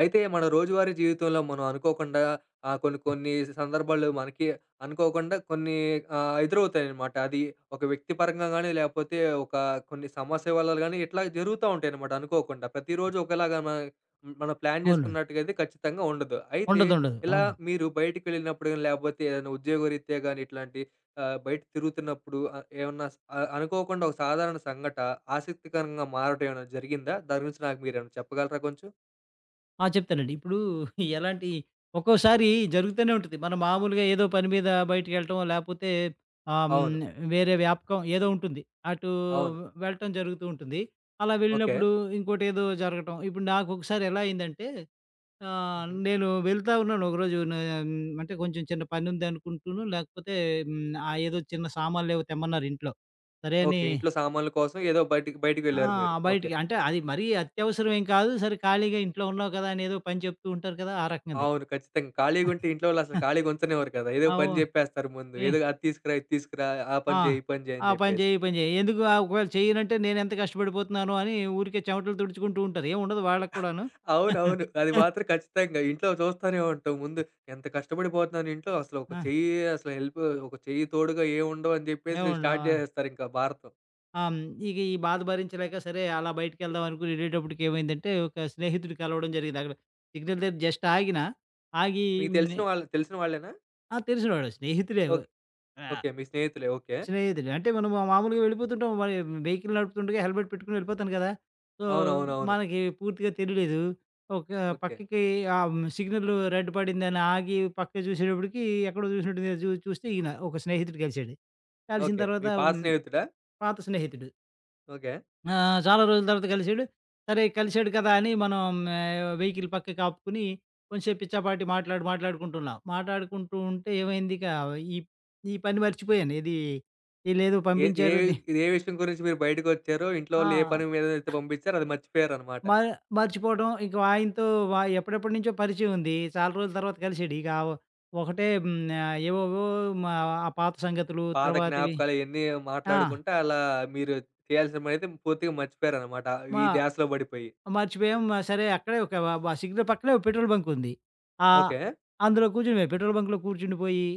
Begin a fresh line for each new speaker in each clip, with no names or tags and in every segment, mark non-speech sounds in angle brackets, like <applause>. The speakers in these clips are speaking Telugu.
అయితే మన రోజువారీ జీవితంలో మనం అనుకోకుండా కొన్ని కొన్ని సందర్భాలు మనకి అనుకోకుండా కొన్ని ఎదురవుతాయనమాట. అది ఒక వ్యక్తి పరంగా గాని, లేకపోతే ఒక కొన్ని సమస్య వల్ల గాని ఇట్లా జరుగుతా ఉంటాయనమాట అనుకోకుండా. ప్రతిరోజు ఒకలాగా మనం ప్లాన్
అవునండి.
చేసుకున్నట్టుగయితే ఖచ్చితంగా ఉండదు. అయితే
ఉండదుండదు.
ఇలా
అవును.
మీరు బయటికెళ్ళినప్పుడు గాని, లేకపోతే ఏదైనా ఉద్యోగరీత్యా గాని ఇట్లాంటి బయట తిరుగుతున్నప్పుడు ఏమన్నా అనుకోకుండా ఒక సాధారణ ఆసక్తికరంగా మారటం ఏమైనా జరిగిందా? దాని గురించి నాకు మీరేమైనా చెప్పగలరా కొంచెం?
ఆ! చెప్తానండి. ఇప్పుడు ఎలాంటి ఒక్కోసారి జరుగుతూనే ఉంటుంది. మనం మామూలుగా ఏదో పని మీద బయటికెళ్ళటమో, లేపోతే ఆహ్, హ్మ్,
అవును,
వేరే వ్యాపకం ఏదో ఉంటుంది. అటూ
అవును.
వెళ్ళటం జరుగుతూ ఉంటుంది. అలా
ఓకే.
వెళ్ళినప్పుడు ఇంకోటేదో జరగటం. ఇప్పుడు నాకొకసారి ఎలా అయిందంటే
హుహు.
నేను వెళ్తా ఉన్నాను ఒకరోజు హ్మ్, అంటే కొంచెం చిన్న పనుందనుకుంటూను, లేకపోతే హ్మ్, ఆ ఏదో చిన్న సామాన్లేవో తెమ్మన్నారు ఇంట్లో. సరే అని
ఓకే. ఇంట్లో సామాన్ల కోసం ఏదో బయటికి
ఆ!
బయటికెళ్లారు మీరు. ఓకే.
బయటికి అంటే అది మరీ అత్యవసరం ఏం కాదు. సరే ఖాళీగా ఇంట్లో ఉన్నావు కదా! అని ఏదో పని చెప్తూ ఉంటారు కదా! ఆ రకంది.
అవును, ఖచ్చితంగా. ఖాళీగుంటే ఇంట్లో వాళ్ళసలు
ఆ!
ఖాళీగా ఉంచనివ్వరు కదా! ఏదో
ఓ
పని జెప్పేస్తారు ముందు.
ఏ
ఏదో అది తీసుకురా, ఇది తీసుకురా, ఆ
ఆ!
పని జెయి, ఈ పని జెయి అని
ఆ పని
జెప్పేసి.
చెయి, ఈ పని చెయి. ఎందుకు ఒకవేళ చెయ్యనంటే నేనెంత కష్టపడిపోతున్నానో అని ఊరికే చెమటలు తుడుచుకుంటూ ఉంటారు. ఏముండదు వాళ్ళకి కూడాను.
అవునవును, అది మాత్రం ఖచ్చితంగా. ఇంట్లో చూస్తానే ఉంటాం ముందు. ఎంత కష్టపడిపోతున్నాను ఇంట్లో అసలు ఒక
ఆ!
చెయ్యి అసలు హెల్ప్, ఒక చెయ్యి తోడుగా ఏముండవు అని జెప్పేసి స్టార్ట్
ఏముండవు.
జేసేస్తారింకా భారతం.
ఆ! హ్మ్. ఇక ఈ బాధ భరించలేక సరే అలా బయటికెళ్దాం అనుకుని వెళ్ళేటప్పటికి ఏమైందంటే ఒక స్నేహితుడు కలవడం జరిగింది. అక్కడ సిగ్నల్ దగ్గర జస్ట్ ఆగిన. ఆగి
మీకు
హ్మ్.
తెలిసిన వాళ్ళు తెలిసిన వాళ్ళేనా?
ఆ! తెలిసినవాడు స్నేహితుడే.
ఓకే.
ఆ!
ఓకే, మీ స్నేహితులే. ఓకే.
స్నేహితుడు. అంటే మనం మామూలుగా వెళ్ళిపోతుంటాం. మరి వెహికల్ నడుపుతుండగా హెల్మెట్ పెట్టుకొని వెళ్ళిపోతాను కదా! సో,
అవునవునవును.
మనకి పూర్తిగా తెలీలేదు. ఒక
ఓకే.
పక్కకి సిగ్నల్ రెడ్ పడిందని ఆగి పక్కకి చూసేటప్పటికి ఎక్కడో చూసినట్టుంది చూస్తే ఈయన ఒక స్నేహితుడు కలిసాడు. కలిసిన
ఓకే, మీ
తర్వాత
పాత
హ్మ్,
స్నేహితుడా?
పాత స్నేహితుడు.
ఓకే.
ఆ! చాలా రోజుల తర్వాత కలిసాడు. సరే కలిసాడు కదా! అని మనం వెహికల్ పక్కకి ఆపుకుని కొంసేపు పిచ్చాపాటి మాట్లాడుకుంటున్నాం. మాట్లాడుకుంటూ ఉంటే ఏమైంది ఇక ఈ ఈ పని మర్చిపోయాను. ఇది ఈళ్ళేదో
ఏ ఏ
పంపించారు ది
ఏ విషయం గురించి మీరు బయటకొచ్చారో, ఇంట్లో
ఆ!
వాళ్ళు ఏ పని మీదనైతే పంపించారో అది మర్చిపోయారనమాట.
మ మర్చిపోవడం ఇక ఆయనతో ఎప్పడెప్పటి నుంచో పరిచయం ఉంది. చాలా రోజుల తర్వాత కలిసాడు. ఇక ఆ ఒకటే హ్మ్. ఏవేవో మా ఆ పాత సంగతులు
పాత
తర్వాత ఇవి
జ్ఞాపకాలు ఇయన్నీ
ఆ!
మాట్లాడుకుంటా అలా మీరు చేయాల్సిన పనైతే పూర్తిగా మర్చిపోయారనమాట.
మా
ఈ ధ్యాసలో పడిపోయి.
మర్చిపోయాం. సరే అక్కడే ఒక వ సిగ్నల్ పక్కనే ఒక పెట్రోల్ బంక్ ఉంది. ఆహ్,
ఓకే.
అందులో కూర్చునిపోయాం. పెట్రోల్ బంక్‌లో కూర్చుండిపోయి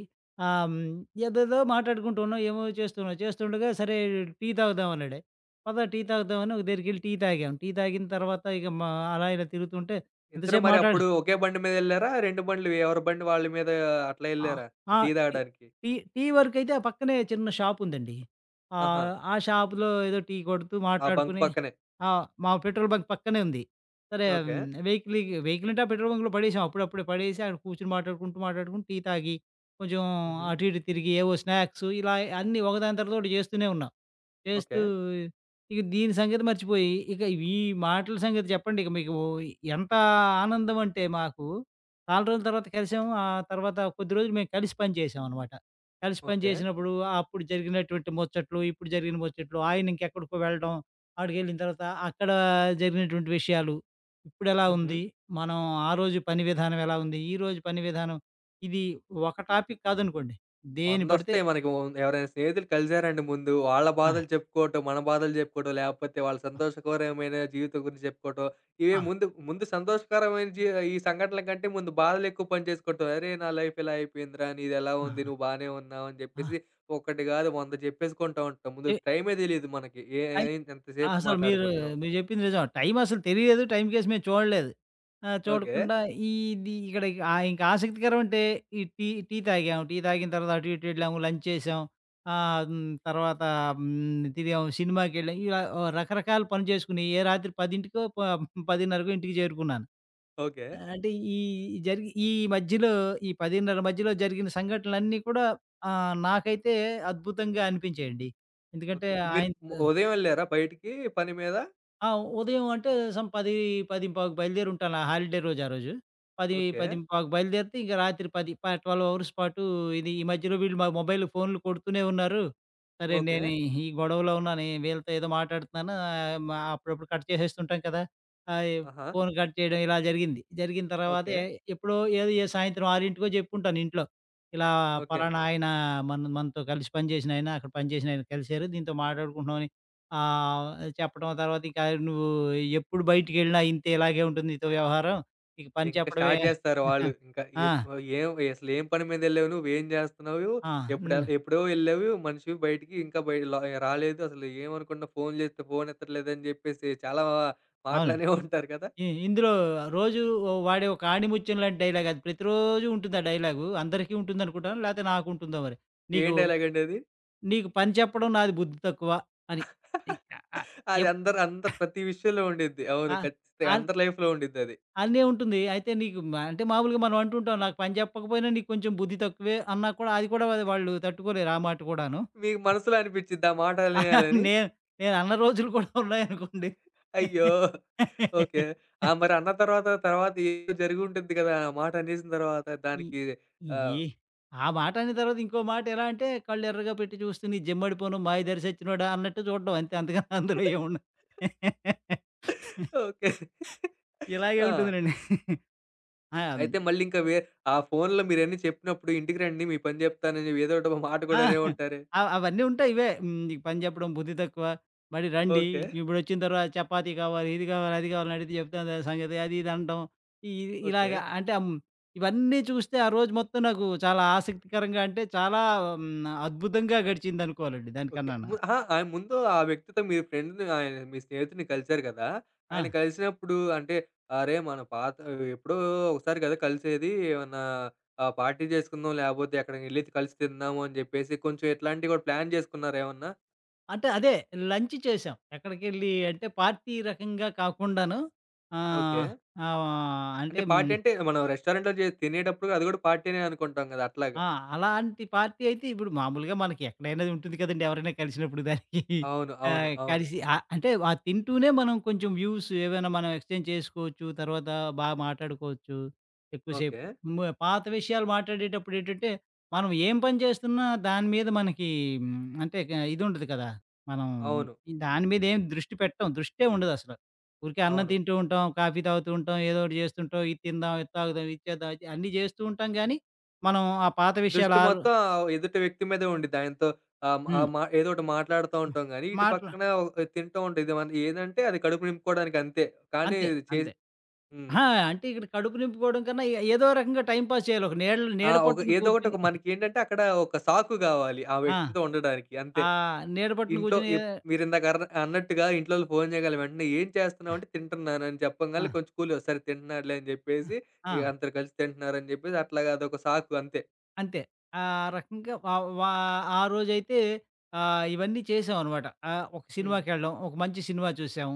ఆహ్, హ్మ్, ఏదేదో మాట్లాడుకుంటూ ఉన్నాం. ఏమో చేస్తున్నాం. చేస్తుండగా సరే టీ తాగుదాం అన్నాడు. పద టీ తాగుదాం అని ఒక దగ్గరికెళ్ళి టీ తాగాం. టీ తాగిన తర్వాత ఇక మా అలా ఇలా తిరుగుతుంటే
ఇద్దరు
ఎంతసేపు
మరి
మాట్లాడ
అప్పుడు ఒకే బండి మీదెళ్లారా? 2 బండ్లు ఎవరి బండి వాళ్ళ మీద అట్లా
ఆ!
ఎళ్లారా?
ఆ!
టీ
టీ
తాగడానికి?
టీ టీ వరకైతే ఆ పక్కనే చిన్న షాపుందండి.
ఆహా!
ఆ షాపులో ఏదో టీ కొడుతూ
ఆ బంక్
మాట్లాడుకుని
పక్కనే.
ఆ! మా పెట్రోల్ బంక్ పక్కనే ఉంది. సరే
ఓకే.
హ్మ్, వెహికల్ వెహికల్ అంటే ఆ పెట్రోల్ బంక్‌లో పడేసాం. అప్పుడప్పుడే పడేసి అక్కడ కూర్చొని మాట్లాడుకుంటూ టీ తాగి కొంచెం
హుహు.
అటు ఇటు తిరిగి ఏవో స్నాక్స్ ఇలా అన్నీ ఒకదాని తర్వాత ఒకటి చేస్తూనే ఉన్నాం. చేస్తూ
ఓకే.
ఇక దీని సంగతి మర్చిపోయి, ఇక ఈ మాటల సంగతి చెప్పండి ఇక మీకు ఎంత ఆనందం అంటే మాకు చాలా రోజుల తర్వాత కలిసాము. ఆ తర్వాత కొద్ది రోజులు మేము కలిసి పనిచేసాం అనమాట. కలిసి
ఓకే.
పనిచేసినప్పుడు అప్పుడు జరిగినటువంటి ముచ్చట్లు, ఇప్పుడు జరిగిన ముచ్చట్లు, ఆయన ఇంకెక్కడికో వెళ్ళడం, ఆడికెళ్ళిన తర్వాత అక్కడ జరిగినటువంటి విషయాలు, ఇప్పుడెలా
హుహు.
ఉంది? మనం ఆ రోజు పని విధానం ఎలా ఉంది? ఈ రోజు పని విధానం ఇది ఒక టాపిక్ కాదనుకోండి. దేన్ని పడితే
వందొస్తాయి మనకి. ఓ ఎవరైనా స్నేహితులు కలిసారంటే ముందు, వాళ్ళ
ఆ!
బాధలు చెప్పుకోవటం, మన బాధలు చెప్పుకోవటం, లేకపోతే వాళ్ళ
ఆ!
సంతోషకరమైన జీవితం గురించి చెప్పుకోవటం. ఇవే
ఆ!
ముందు ముందు సంతోషకరమైన జీ ఈ సంఘటనల కంటే ముందు బాధలు ఎక్కువ పని చేసుకోవటం. "అరే! నా లైఫ్ ఇలా అయిపోయిందిరా, నీదెలా
ఆ!
ఉంది? నువ్వు బానే ఉన్నావా?" అని
ఆ!
చెప్పేసి ఒకటి కాదు 100 చెప్పేసుకుంటా ఉంటాం. ముందు టైమే తెలీదు మనకి. ఏ
ఏ
ఏం
ఆ!
ఎంతసేపు
అసలు
మాట్లాడుకుంటున్నాం.
మీరు జెప్పింది నిజం. టైం అసలు తెలియలేదు. టైంకేసి మేము చూడలేదు. ఆ!
ఓకే.
చూడకుండా ఇది ఇక్కడ ఇంకా ఆసక్తికరం అంటే ఈ టీ టీ తాగాం. టీ తాగిన తర్వాత అటు ఇటు వెళ్ళాము. లంచ్ చేసాం. తర్వాత తిరిగాము. సినిమాకెళ్ళాం. ఇలా ఓ రకరకాల పనులు చేసుకుని ఏ రాత్రి 10కో ప 10:30కో ఇంటికి చేరుకున్నాను.
ఓకే.
అంటే ఈ జరిగి ఈ మధ్యలో ఈ 10:30 మధ్యలో జరిగిన సంఘటనలన్నీ కూడా నాకైతే అద్భుతంగా అనిపించాయండి. ఎందుకంటే
ఓకే. మీరు
ఆయన
ఉదయం ఎళ్లారా బయటికి పని మీద?
ఆ! ఉదయం అంటే సమ్ 10, 10:15కు బయలుదేరి ఉంటాను. ఆ హాలిడే రోజు ఆ రోజు. 10,
ఓకే.
10:15కు బయలుదేరితే ఇంక రాత్రి 10 ప 12 అవర్స్ పాటు ఇది ఈ మధ్యలో వీళ్ళు మా మొబైల్ ఫోన్‌లు కొడుతూనే ఉన్నారు. సరే
ఓకే.
నేను ఈ గొడవలో ఉన్నాను. ఈ వీళ్ళతో ఏదో మాట్లాడుతున్నాను. ఆహ్, మ అప్పుడప్పుడు కట్ చేసేస్తుంటాం కదా! ఆహ్,
ఆహా!
ఫోన్ కట్ చేయడం ఇలా జరిగింది. జరిగిన తర్వాత
ఓకే.
ఎప్పుడో ఏదో ఏ సాయంత్రం 6కో చెప్పుకుంటాను ఇంట్లో. ఇలా
ఓకే.
పలానా ఆయన మనతో కలిసి పనిచేసిన ఆయన, అక్కడ పనిచేసిన ఆయన కలిసారు. దీంతో మాట్లాడుకుంటున్నాం అని ఆహ్, చెప్పడం తర్వాత ఇక నువ్వు ఎప్పుడు బయటికెళ్ళినా ఇంతే ఇలాగే ఉంటుంది నీతో వ్యవహారం. నీకు పని
ఇంక
చెప్పడమే
స్టార్ట్ జేస్తారు వాళ్ళు.
<laughs>
ఇంకా
ఆ!
ఎప్ ఏం అసలేం పని మీదెళ్ళావు నువ్వు? ఏం జేస్తున్నావు?
ఆ! హ్మ్.
ఎప్పుడో ఎళ్ళావు. మనిషివి బయటికి ఇంకా బయ ల రాలేదు. అసలు ఏమనుకుంటున్నా ఫోన్ జేస్తే ఫోన్ ఎత్తట్లేదని జెప్పేసి చాలా
అవును.
మాటలనే ఉంటారు కదా!
ఇందులో రోజు వాడే ఒక ఆణిముత్యం లాంటి డైలాగ్ అది ప్రతిరోజు ఉంటుంది ఆ డైలాగు. అందరికీ ఉంటుందనుకుంటాను. లేతే నాకుంటుందో మరి.
ఏం
నీకు
డైలాగండి అది?
నీకు పని చెప్పడం నాది బుద్ధి తక్కువ అని. ఇ
<laughs>
ఆహ్, ఆహ్,
అది
ఎప్
అందరు అందరు ప్రతి విషయంలో ఉండిద్ది. అవును,
ఆహ్,
ఖచ్చితంగా
అన్
అందరి లైఫ్‌లో ఉండిద్దది.
అనే ఉంటుంది. అయితే నీకు అంటే మామూలుగా మనం అంటుంటాం నాకు పని చెప్పకపోయినా నీకు కొంచెం బుద్ధి తక్కువే అన్నా కూడా అది కూడా వాళ్ళు తట్టుకోలేరు ఆ మాట కూడాను.
మీకు మనసులో అనిపిచ్చిద్దా ఆ మాట అనేయాలని?
నేను నేనన్న రోజులు కూడా ఉన్నాయనుకోండి.
అయ్యో! ఓకే. ఆ! మరి అన్న తర్వాత, తర్వాత ఏదో జరిగుంటుంది గదా! ఆ మాట అనేసిన తర్వాత
ఈ
దానికి ఆహ్
ఈ ఆ మాటని తర్వాత ఇంకో మాట ఎలా అంటే, కళ్ళెర్రగా పెట్టి చూస్తే నీ జమ్మడిపోను మాయదారి సచ్చినోడా అన్నట్టు చూడడం అంతే. అంతకన్నా అందులో ఏముండదు.
<laughs>
<laughs>
ఓకే.
ఇలాగే
ఆ!
ఉంటుందిలెండి. ఆ!
అయితే మళ్ళింకా వే ఆ ఫోనులో మీరన్నీ చెప్పినప్పుడు ఇంటికి రండి మీ పని జెప్తానని ఏదో ఒకటి మాట
ఆ!
గూడా అనే ఉంటారే.
అవన్నీ ఉంటాయి. ఇవే హ్మ్. నీకు పని చెప్పడం, బుద్ధి తక్కువ, మళ్ళీ రండి
ఓకే.
ఇప్పుడొచ్చిన తర్వాత చపాతీ కావాలి, ఇది కావాలి, అది కావాలని అడిగితే చెప్తాను దాని సంగతి అది ఇది అనడం. ఇ
ఓకే.
ఇలాగ అంటే ఇవన్నీ చూస్తే ఆ రోజు మొత్తం నాకు చాలా ఆసక్తికరంగా అంటే చాలా హ్మ్, అద్భుతంగా గడిచిందనుకోవాలండి
ఓకే.
దానికన్నాను.
అహా! ఆయన ముందు ఆ వ్యక్తితో మీ ఫ్రెండ్‌ని ఆయన మీ స్నేహితుడిని కలిసారు గదా!
ఆ!
ఆయన కలిసినప్పుడు అంటే "అరే! మన పాత ఎప్పుడో ఒకసారి గదా కలిసేది. ఏమన్నా పార్టీ జేసుకుందాం లేపోతే ఎక్కడికెళ్ళి కలిసి తిందాము" అని జెప్పేసి కొంచెం ఇట్లాంటివి గూడా ప్లాన్ జేసుకున్నారా ఏమన్నా?
అంటే అదే లంచ్ చేసాం. ఎక్కడికెళ్ళి అంటే పార్టీ రకంగా కాకుండాను
ఓకే.
ఆహ్, ఆహ్,
అంటే
అంటే హ్మ్.
పార్టీ అంటే మనం రెస్టారెంట్‌లో తినేటప్పుడు అది గూడా పార్టీనే అనుకుంటాం గదా! అట్లాగా.
ఆ! అలాంటి పార్టీ అయితే ఇప్పుడు మామూలుగా మనకి ఎక్కడైనా ఉంటుంది కదండీ! ఎవరైనా కలిసినప్పుడు దానికి
అవును, అవును, అవును.
కలిసి అంటే ఆ తింటూనే మనం కొంచెం వ్యూస్ ఏవైనా మనం ఎక్స్‌చేంజ్ చేసుకోవచ్చు. తర్వాత బాగా మాట్లాడుకోవచ్చు
ఓకే.
ఎక్కువసేపు. మ పాత విషయాలు మాట్లాడేటప్పుడు ఏంటంటే, మనం ఏం పని చేస్తున్నా దాని మీద మనకి హ్మ్, అంటే ఇది ఉండదు కదా! మనం
అవును.
దాని మీద ఏం దృష్టి పెట్టం. దృష్టే ఉండదసల. ఊరికే అన్నం
అవును.
తింటూ ఉంటాం, కాఫీ తాగుతూ ఉంటాం, ఏదో ఒకటి చేస్తుంటాం, ఇది తిందాం, ఇది తాగుదాం, ఇది చేద్దాం, అది అన్నీ చేస్తూ ఉంటాం గానీ మనం ఆ పాత విషయాలు
దృష్టి
ఆరు
మొత్తం ఆ ఎదుటి వ్యక్తి మీదే ఉండిద్ది. ఆయనతో ఆహ్, ఆహ్,
హ్మ్.
మా ఏదో ఒకటి మాట్లాడుతా
హ్మ్.
ఉంటాం గానీ, ఇటు
మాట్లా
పక్కన ఒక- తింటూ ఉంటాం. ఇది మన ఏదంటే అది కడుపు నింపుకోవడానికి అంతే. కానీ
అంతే.
ఇది చేసి
అంతే.
హ్మ్.
అహా! అంటే ఇక్కడ కడుపు నింపుకోవడం కన్నా ఏ ఏదో రకంగా టైమ్ పాస్ చేయాలి. ఒక
ఆ!
నీడ
ఒక
పట్టున
ఏదో ఒకటి ఒక
కూర్చొని
మనకేంటంటే అక్కడ ఒక సాకు గావాలి. ఆ
ఆ!
వ్యక్తితో ఉండడానికి అంతే.
ఆ నీడ పట్టున
ఇంట్లో
కూర్చొని
మీరిందాక అన్నట్టుగా ఇంట్లోళ్ళు ఫోను చేయగాలే వెంటనే "ఏం చేస్తున్నావంటే" "తింటున్నానని"
ఆ!
చెప్పంగాలనే కొంచెం కూల్ సరే తింటున్నాడులే అని
ఆ!
చెప్పేసి
ఆ!
ఇగ అందరూ కలిసి తింటున్నారని చెప్పేసి అట్లాగా అదొక సాకు అంతే.
అంతే. ఆ రకంగా వ వా ఆ రోజైతే ఇవన్నీ చేసామనమాట. ఒక
హ్మ్.
సినిమాకెళ్ళడం, ఒక మంచి సినిమా చూసాం.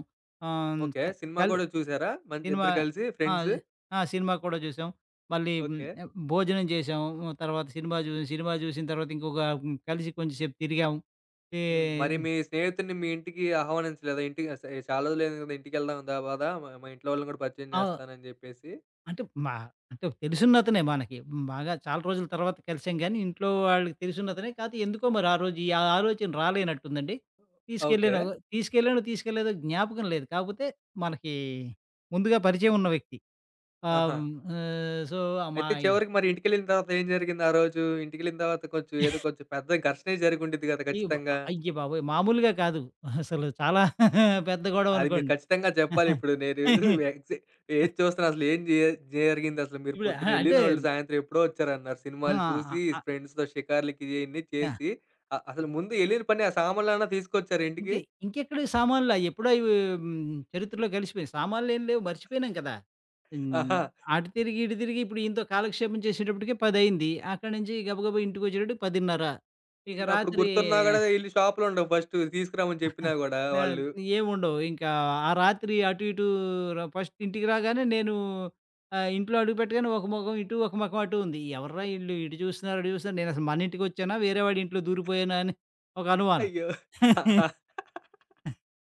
ఆహ్, హ్మ్.
ఓకే,
క
సినిమా
కల్
గూడా చూసారా? మంచి
సినిమా
ఇద్దరు కలిసి
ఆ!
ఫ్రెండ్స్?
ఆ! సినిమా కూడా చూసాం. మళ్ళీ హ్మ్,
ఓకే.
భోజనం చేసాం. తర్వాత సినిమా చూసాం. సినిమా చూసిన తర్వాత ఇంకొక కలిసి కొంచెం సేపు తిరిగాం. ఏ
హ్మ్. మరి మీ స్నేహితుడిని మీ ఇంటికి ఆహ్వానించలేదా? ఇంటికి అస ఏ చాలా రోజులయింది గదా! ఇంటికెళ్దాం దా పదా మా మా ఇంట్లో వాళ్ళని గూడా పరిచయం
ఆ!
చేస్తానని జెప్పేసి.
అంటే అంటే తెలుసున్నతనే మనకి. బాగా చాలా రోజుల తర్వాత కలిసాం గానీ, ఇంట్లో వాళ్ళకి తెలిసున్నతనే. కాపోతే ఎందుకో మరి ఆ రోజు ఈ ఆ ఆలోచన రాలేనట్టుందండి.
ఓకే.
తీసుకెళ్ళానో తీసుకెళ్ళానో తీసుకెళ్ళలేదో జ్ఞాపకం లేదు. కాకపోతే మనకి ముందుగా పరిచయం ఉన్న వ్యక్తి. ఆహ్,
ఆహా!
హ్మ్, సో, మా
అయితే చివరికి మరి ఇంటికెళ్ళిన తర్వాత ఏం జరిగింది ఆ రోజు? ఇంటికెళ్ళిన తర్వాత కొంచెం ఏదో కొంచెం పెద్ద ఘర్షణే జరిగుండిద్ది గదా!
ఈ బ
ఖచ్చితంగా.
అయ్యబాబోయ్! మామూలుగా కాదు. అసలు చాలా <laughs> పెద్ద
అది మీరు
గొడవనుకోండి.
ఖచ్చితంగా జెప్పాలి ఇప్పుడు. నేను <laughs>
<laughs>
ఎగ్స్ ఎదురు చూస్తున్నా అసలు ఏం జె జరిగిందసలు? మీరు
ఇప్పుడు
పొద్దున
అహా! అంటే
ఎళ్ళినోళ్ళు సాయంత్రం ఎప్పుడో వచ్చారన్నారు. సినిమాలు
ఆ!
చూసి
అ
ఫ్రెండ్స్‌తో షికార్లకి ఇయన్నీ
ఆ!
చేసి అసలు ముందు ఎళ్ళిన పని ఆ సామాన్లన్నా తీసుకొచ్చారా ఇంటికి?
ఇంకె ఇంకెక్కడివి సామాన్లు అయ్యెప్పుడో అవి చరిత్రలో కలిసిపోయాయి. సామాన్లేం లేవు మర్చిపోయినాం కదా! హ్మ్.
ఆహా!
అటు తిరిగి, ఇటు తిరిగి ఇప్పుడు ఈయనతో కాలక్షేపం చేసేటప్పటికే 10 అయింది. అక్కడి నుంచి గబగబా ఇంటికొచ్చేటప్పటికి 10:30 ఇక
ఇంక అప్పుడు
రాత్రి
గుర్తున్నా గూడా ఎళ్లి షాప్‌లో ఉండవు ఫస్ట్ తీసుకురామని చెప్పినా గూడా
నా
వాళ్ళు.
ఏముండవు. ఇంకా ఆ రాత్రి అటు ఇటు ఫస్ట్ ఇంటికి రాగానే నేను ఇంట్లో అడుగుపెట్టగానే ఒక మొఖం ఇటు, ఒక మొఖం అటు ఉంది. ఎవర్రా ఈళ్ళు ఇటు చూస్తున్నారు, అటు చూస్తున్నారు. నేనసలు మన ఇంటికొచ్చానా, వేరే వాడి ఇంట్లో దూరిపోయానా అని ఒక అనుమానం.
అయ్యో! <laughs> ఆహా.
<laughs>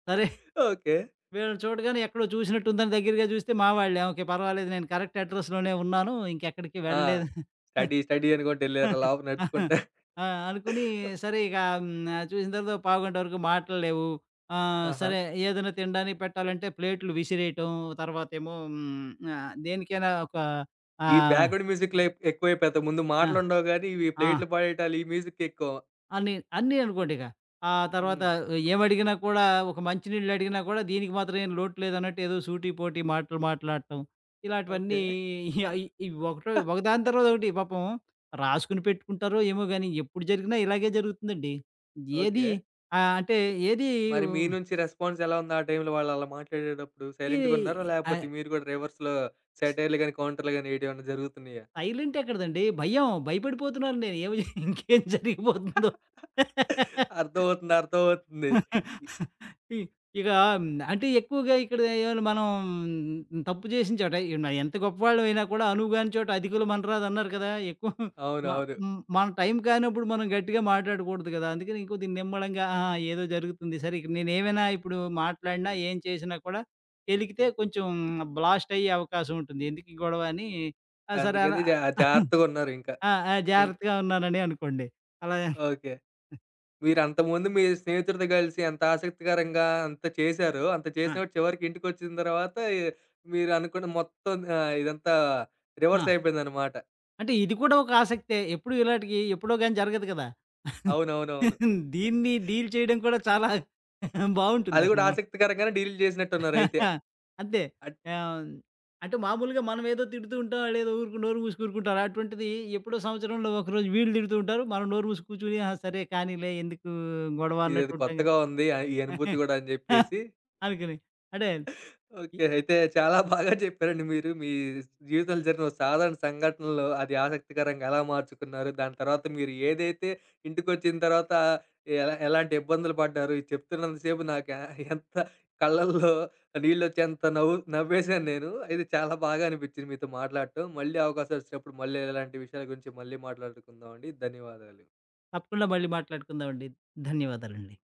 సరే
ఓకే.
వీళ్ళని చూడగానే ఎక్కడో చూసినట్టుందని దగ్గరగా చూస్తే మా వాళ్ళే. ఓకే. పర్వాలేదు నేను కరెక్ట్ అడ్రెస్‌లోనే ఉన్నాను. ఇంకెక్కడికి
ఆ!
వెళ్ళలేదు.
స్టడీ, స్టడీ అనుకుంటూ ఎళ్లారా లోపల
ఆహా.
నడుచుకుంటా?
ఆ! అనుకుని సరే ఇక హ్మ్. చూసిన తర్వాత పావుగంట వరకు మాటల్లేవు.
ఆహా!
సరే ఏదైనా తినడానికి పెట్టాలంటే ప్లేట్లు విసిరేయటం తర్వాతేమో హ్మ్. ఆహ్, దేనికైనా ఒక
ఈ
ఆహ్,
బ్యాక్‌గ్రౌండ్ మ్యూజిక్‌లే ఎక్కువైపోతాయి. ముందు
ఆ!
మాటలుండవు గానీ, ఇవి
ఆ!
ప్లేట్లు పడేయటాలు, ఈ మ్యూజిక్ ఎక్కువ.
అని అన్నీ అనుకోండిక. ఆ తర్వాత
హ్మ్.
ఏమడిగినా కూడా ఒక మంచి నీళ్ళు అడిగినా కూడా దీనికి మాత్రం ఏం లోటు లేదన్నట్టు ఏదో సూటిపోటి మాటలు మాట్లాడటం.
ఓకే.
ఇలాంటివన్నీ ఇవి ఒకదాని తర్వాత ఒకటి పాపం రాసుకొని పెట్టుకుంటారో ఏమో గానీ ఎప్పుడు జరిగినా ఇలాగే జరుగుతుందండి. ఏది
ఓకే.
ఆహ్, అంటే ఏది
మరి మీ నుంచి రెస్పాన్స్ ఎలా ఉంది? ఆ టైంలో వాళ్ళు అలా మాట్లాడేటప్పుడు
ఈ
సైలెంట్‌గున్నారా?
ఆహ్,
లేపోతే మీరు కూడా రివర్స్‌లో సెటైర్‌లు గాని, కౌంటర్‌లు గాని ఏయడమేమైనా జరుగుతున్నాయా?
సైలెంట్ ఎక్కడిదండి భయం. భయపడిపోతున్నాను నేను ఇంకేం జరిగిపోతుందో.
అర్థమవుతుంది, అర్థమవుతుంది. ఇ
<laughs> ఇ ఇక హ్మ్, అంటే ఎక్కువగా ఇక్కడ ఏమైనా మనం తప్పు చేసిన చోట ఇ న ఎంత గొప్పవాళ్ళమైనా కూడా అనువుగాని చోట అధికులు మనరాదు అన్నారు కదా! మ
అవునవును.
మన టైం కానప్పుడు మనం గట్టిగా మాట్లాడకూడదు కదా! అందుకని ఇంకొద్ది నిమ్మళంగా ఆహా! ఏదో జరుగుతుంది. సరే ఇక్కడ నేనేమైనా ఇప్పుడు మాట్లాడినా, ఏం చేసినా కూడా ఎలికితే కొంచెం బ్లాస్ట్ అయ్యే అవకాశం ఉంటుంది. ఎందుకు ఈ గొడవ అని ఆ! సరే అలా
అందుకని
<laughs>
జాగ్రత్తగున్నారింక.
ఆ! ఆ!
ఇంక
జాగ్రత్తగా ఉన్నానని అనుకోండి. అలా
ఓకే. మీరంతకుముందు మీ స్నేహితుడితో కలిసి ఎంత ఆసక్తికరంగా అంత చేశారో, అంత
ఆ!
చేసినప్పుడు చివరికి ఇంటికొచ్చిన తర్వాత మీరు అనుకున్న మొత్తం ఇదంతా
ఆ!
రివర్స్ అయిపోయిందనమాట.
అంటే ఇది కూడా ఒక ఆసక్తే. ఎప్పుడు ఇలాటికి ఎప్పుడో గాని జరగదు కదా! <laughs>
అవునవునవును.
దీన్ని డీల్ చేయడం కూడా చాలా <laughs>
అది గూడా
బావుంటుందసలు.
ఆసక్తికరంగానే డీల్ చేసినట్టున్నారైతే.
<laughs> అంతే.
అట్
ఆహ్, అంటే మామూలుగా మనమేదో తిడుతూ ఉంటాం. ఆడేదో ఊరుకు నోరు మూసి కూరుకుంటారు. అటువంటిది ఎప్పుడో సంవత్సరంలో ఒకరోజు వీళ్ళు తిడుతూ ఉంటారు. మనం నోరు మూసి కూర్చొని ఆ! సరే కానీలే ఎందుకు గొడవ
ఇదేదో
అన్నట్టు ఉంటాం
కొత్తగా
కదా!
ఉంది, ఈ అనుభూతి గూడా అని
<laughs>
జెప్పేసి.
అనుకుని. అంటే, ఇ
ఓకే. అయితే చాలా బాగా చెప్పారండి మీరు. మీ జీవితంలో జరిగిన ఒక సాధారణ సంఘటనలో అది ఆసక్తికరంగా ఎలా మార్చుకున్నారు? దాని తర్వాత మీరు ఏదైతే ఇంటికొచ్చిన తర్వాత ఎలాంటి ఇబ్బందులు పడ్డారు? ఇది చెప్తున్నంత సేపు నాకు ఎ- ఎంత కళ్ళల్లో నీళ్ళొచ్చేంత నవ్వు నవ్వేశాను నేను. అయితే చాలా బాగా అనిపిచ్చింది మీతో మాట్లాడటం. మళ్ళీ అవకాశం వచ్చినప్పుడు మళ్ళీ ఇలాంటి విషయాల గురించి మళ్ళీ మాట్లాడుకుందామండి. ధన్యవాదాలు.
తప్పకుండా మళ్ళీ మాట్లాడుకుందామండి. ధన్యవాదాలండి.